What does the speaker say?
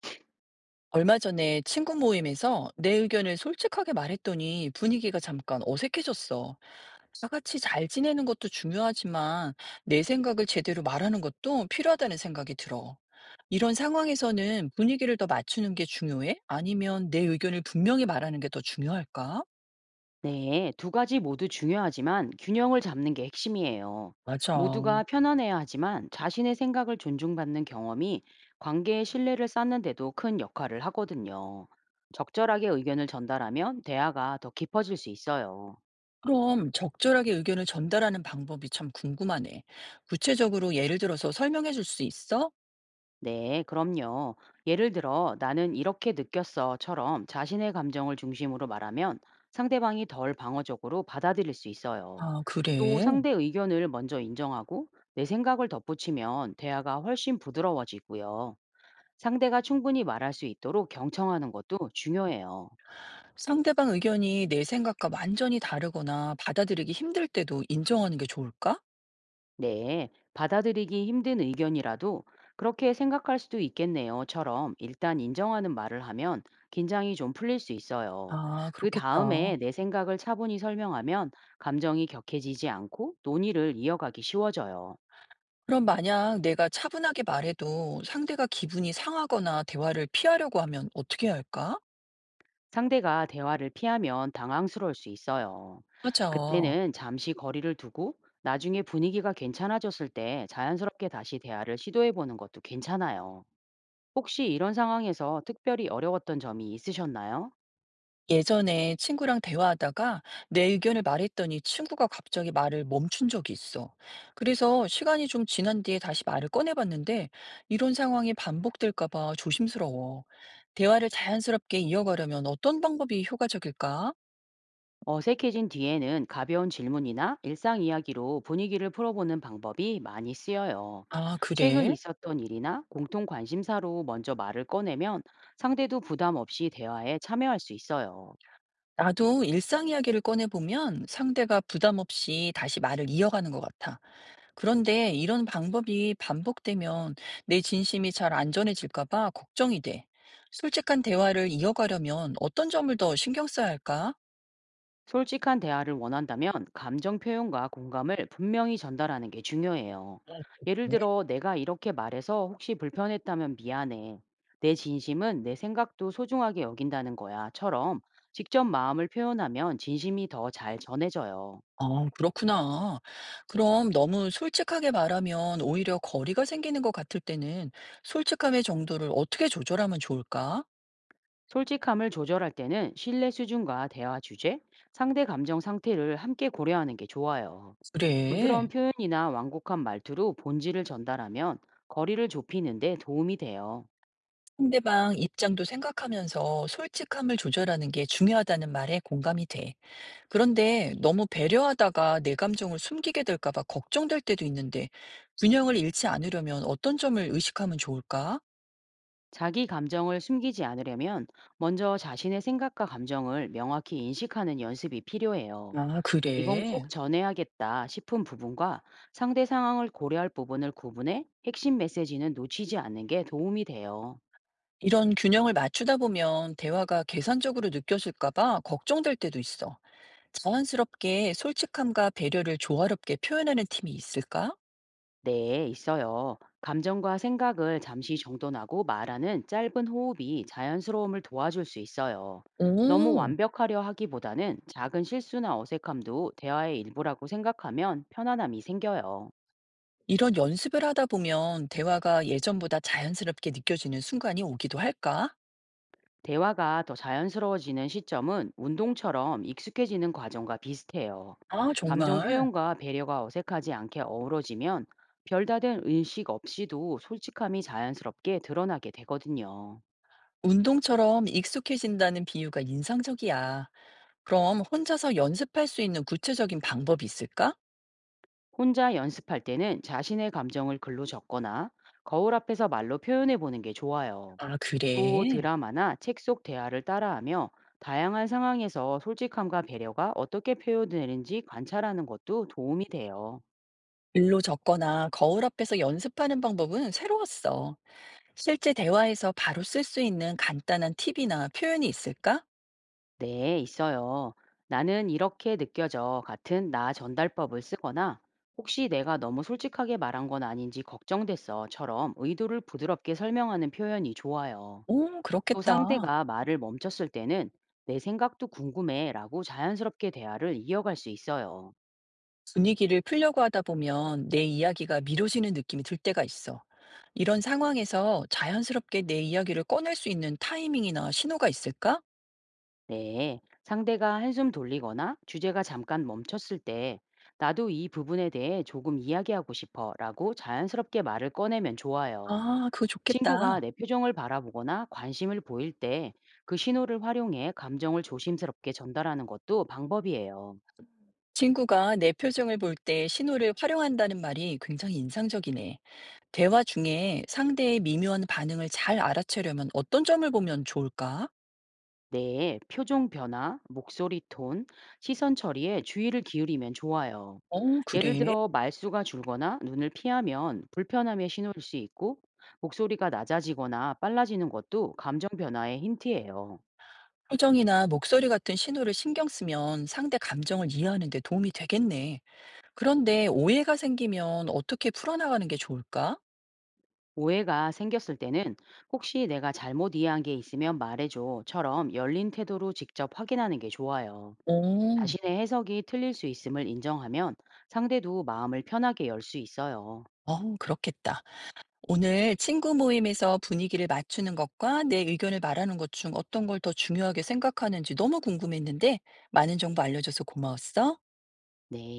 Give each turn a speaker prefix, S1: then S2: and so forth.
S1: 얼마 전에 친구 모임에서 내 의견을 솔직하게 말했더니 분위기가 잠깐 어색해졌어. 다 같이 잘 지내는 것도 중요하지만 내 생각을 제대로 말하는 것도 필요하다는 생각이 들어. 이런 상황에서는 분위기를 더 맞추는 게 중요해? 아니면 내 의견을 분명히 말하는 게 더 중요할까?
S2: 네, 두 가지 모두 중요하지만 균형을 잡는 게 핵심이에요.
S1: 맞아.
S2: 모두가 편안해야 하지만 자신의 생각을 존중받는 경험이 관계의 신뢰를 쌓는데도 큰 역할을 하거든요. 적절하게 의견을 전달하면 대화가 더 깊어질 수 있어요.
S1: 그럼 적절하게 의견을 전달하는 방법이 참 궁금하네. 구체적으로 예를 들어서 설명해 줄 수 있어?
S2: 네, 그럼요. 예를 들어, 나는 이렇게 느꼈어처럼 자신의 감정을 중심으로 말하면 상대방이 덜 방어적으로 받아들일 수 있어요.
S1: 아,
S2: 또
S1: 그래.
S2: 상대 의견을 먼저 인정하고 내 생각을 덧붙이면 대화가 훨씬 부드러워지고요. 상대가 충분히 말할 수 있도록 경청하는 것도 중요해요.
S1: 상대방 의견이 내 생각과 완전히 다르거나 받아들이기 힘들 때도 인정하는 게 좋을까?
S2: 네, 받아들이기 힘든 의견이라도 그렇게 생각할 수도 있겠네요.처럼 일단 인정하는 말을 하면 긴장이 좀 풀릴 수 있어요.
S1: 아,
S2: 그 다음에
S1: 그렇겠다.
S2: 내 생각을 차분히 설명하면 감정이 격해지지 않고 논의를 이어가기 쉬워져요.
S1: 그럼 만약 내가 차분하게 말해도 상대가 기분이 상하거나 대화를 피하려고 하면 어떻게 해야 할까?
S2: 상대가 대화를 피하면 당황스러울 수 있어요.
S1: 맞아.
S2: 그때는 잠시 거리를 두고 나중에 분위기가 괜찮아졌을 때 자연스럽게 다시 대화를 시도해 보는 것도 괜찮아요. 혹시 이런 상황에서 특별히 어려웠던 점이 있으셨나요?
S1: 예전에 친구랑 대화하다가 내 의견을 말했더니 친구가 갑자기 말을 멈춘 적이 있어. 그래서 시간이 좀 지난 뒤에 다시 말을 꺼내봤는데 이런 상황이 반복될까 봐 조심스러워. 대화를 자연스럽게 이어가려면 어떤 방법이 효과적일까?
S2: 어색해진 뒤에는 가벼운 질문이나 일상 이야기로 분위기를 풀어보는 방법이 많이 쓰여요.
S1: 아,
S2: 최근
S1: 그래?
S2: 있었던 일이나 공통 관심사로 먼저 말을 꺼내면 상대도 부담 없이 대화에 참여할 수 있어요.
S1: 나도 일상 이야기를 꺼내보면 상대가 부담 없이 다시 말을 이어가는 것 같아. 그런데 이런 방법이 반복되면 내 진심이 잘 안전해질까 봐 걱정이 돼. 솔직한 대화를 이어가려면 어떤 점을 더 신경 써야 할까?
S2: 솔직한 대화를 원한다면 감정 표현과 공감을 분명히 전달하는 게 중요해요.
S1: 어, 그래?
S2: 예를 들어, 내가 이렇게 말해서 혹시 불편했다면 미안해. 내 진심은 내 생각도 소중하게 여긴다는 거야.처럼 직접 마음을 표현하면 진심이 더 잘 전해져요.
S1: 아, 그렇구나. 그럼 너무 솔직하게 말하면 오히려 거리가 생기는 것 같을 때는 솔직함의 정도를 어떻게 조절하면 좋을까?
S2: 솔직함을 조절할 때는 신뢰 수준과 대화 주제, 상대 감정 상태를 함께 고려하는 게 좋아요. 부드러운
S1: 그래.
S2: 표현이나 완곡한 말투로 본질을 전달하면 거리를 좁히는 데 도움이 돼요.
S1: 상대방 입장도 생각하면서 솔직함을 조절하는 게 중요하다는 말에 공감이 돼. 그런데 너무 배려하다가 내 감정을 숨기게 될까 봐 걱정될 때도 있는데 균형을 잃지 않으려면 어떤 점을 의식하면 좋을까?
S2: 자기 감정을 숨기지 않으려면 먼저 자신의 생각과 감정을 명확히 인식하는 연습이 필요해요.
S1: 아,
S2: 이건
S1: 그래.
S2: 꼭 전해야겠다 싶은 부분과 상대 상황을 고려할 부분을 구분해 핵심 메시지는 놓치지 않는 게 도움이 돼요.
S1: 이런 균형을 맞추다 보면 대화가 계산적으로 느껴질까 봐 걱정될 때도 있어. 자연스럽게 솔직함과 배려를 조화롭게 표현하는 팀이 있을까?
S2: 네, 있어요. 감정과 생각을 잠시 정돈하고 말하는 짧은 호흡이 자연스러움을 도와줄 수 있어요. 너무
S1: 오,
S2: 완벽하려 하기보다는 작은 실수나 어색함도 대화의 일부라고 생각하면 편안함이 생겨요.
S1: 이런 연습을 하다 보면 대화가 예전보다 자연스럽게 느껴지는 순간이 오기도 할까?
S2: 대화가 더 자연스러워지는 시점은 운동처럼 익숙해지는 과정과 비슷해요.
S1: 아,
S2: 감정
S1: 정말.
S2: 표현과 배려가 어색하지 않게 어우러지면 별다른 의식 없이도 솔직함이 자연스럽게 드러나게 되거든요.
S1: 운동처럼 익숙해진다는 비유가 인상적이야. 그럼 혼자서 연습할 수 있는 구체적인 방법이 있을까?
S2: 혼자 연습할 때는 자신의 감정을 글로 적거나 거울 앞에서 말로 표현해 보는 게 좋아요.
S1: 아,
S2: 또
S1: 그래.
S2: 드라마나 책 속 대화를 따라하며 다양한 상황에서 솔직함과 배려가 어떻게 표현되는지 관찰하는 것도 도움이 돼요.
S1: 일로 적거나 거울 앞에서 연습하는 방법은 새로웠어. 실제 대화에서 바로 쓸 수 있는 간단한 팁이나 표현이 있을까?
S2: 네, 있어요. 나는 이렇게 느껴져 같은 나 전달법을 쓰거나 혹시 내가 너무 솔직하게 말한 건 아닌지 걱정됐어처럼 의도를 부드럽게 설명하는 표현이 좋아요.
S1: 오,
S2: 또
S1: 그렇겠다.
S2: 상대가 말을 멈췄을 때는 내 생각도 궁금해라고 자연스럽게 대화를 이어갈 수 있어요.
S1: 분위기를 풀려고 하다 보면 내 이야기가 미뤄지는 느낌이 들 때가 있어. 이런 상황에서 자연스럽게 내 이야기를 꺼낼 수 있는 타이밍이나 신호가 있을까?
S2: 네, 상대가 한숨 돌리거나 주제가 잠깐 멈췄을 때 나도 이 부분에 대해 조금 이야기하고 싶어라고 자연스럽게 말을 꺼내면 좋아요.
S1: 아, 그거
S2: 친구가
S1: 좋겠다.
S2: 내 표정을 바라보거나 관심을 보일 때 그 신호를 활용해 감정을 조심스럽게 전달하는 것도 방법이에요.
S1: 친구가 내 표정을 볼 때 신호를 활용한다는 말이 굉장히 인상적이네. 대화 중에 상대의 미묘한 반응을 잘 알아채려면 어떤 점을 보면 좋을까?
S2: 네, 표정 변화, 목소리 톤, 시선 처리에 주의를 기울이면 좋아요.
S1: 어,
S2: 예를
S1: 그래.
S2: 들어 말수가 줄거나 눈을 피하면 불편함의 신호일 수 있고 목소리가 낮아지거나 빨라지는 것도 감정 변화의 힌트예요.
S1: 표정이나 목소리 같은 신호를 신경 쓰면 상대 감정을 이해하는 데 도움이 되겠네. 그런데 오해가 생기면 어떻게 풀어나가는 게 좋을까?
S2: 오해가 생겼을 때는 혹시 내가 잘못 이해한 게 있으면 말해줘처럼 열린 태도로 직접 확인하는 게 좋아요.
S1: 어,
S2: 자신의 해석이 틀릴 수 있음을 인정하면 상대도 마음을 편하게 열 수 있어요.
S1: 그렇겠다. 오늘 친구 모임에서 분위기를 맞추는 것과 내 의견을 말하는 것 중 어떤 걸 더 중요하게 생각하는지 너무 궁금했는데 많은 정보 알려줘서 고마웠어.
S2: 네.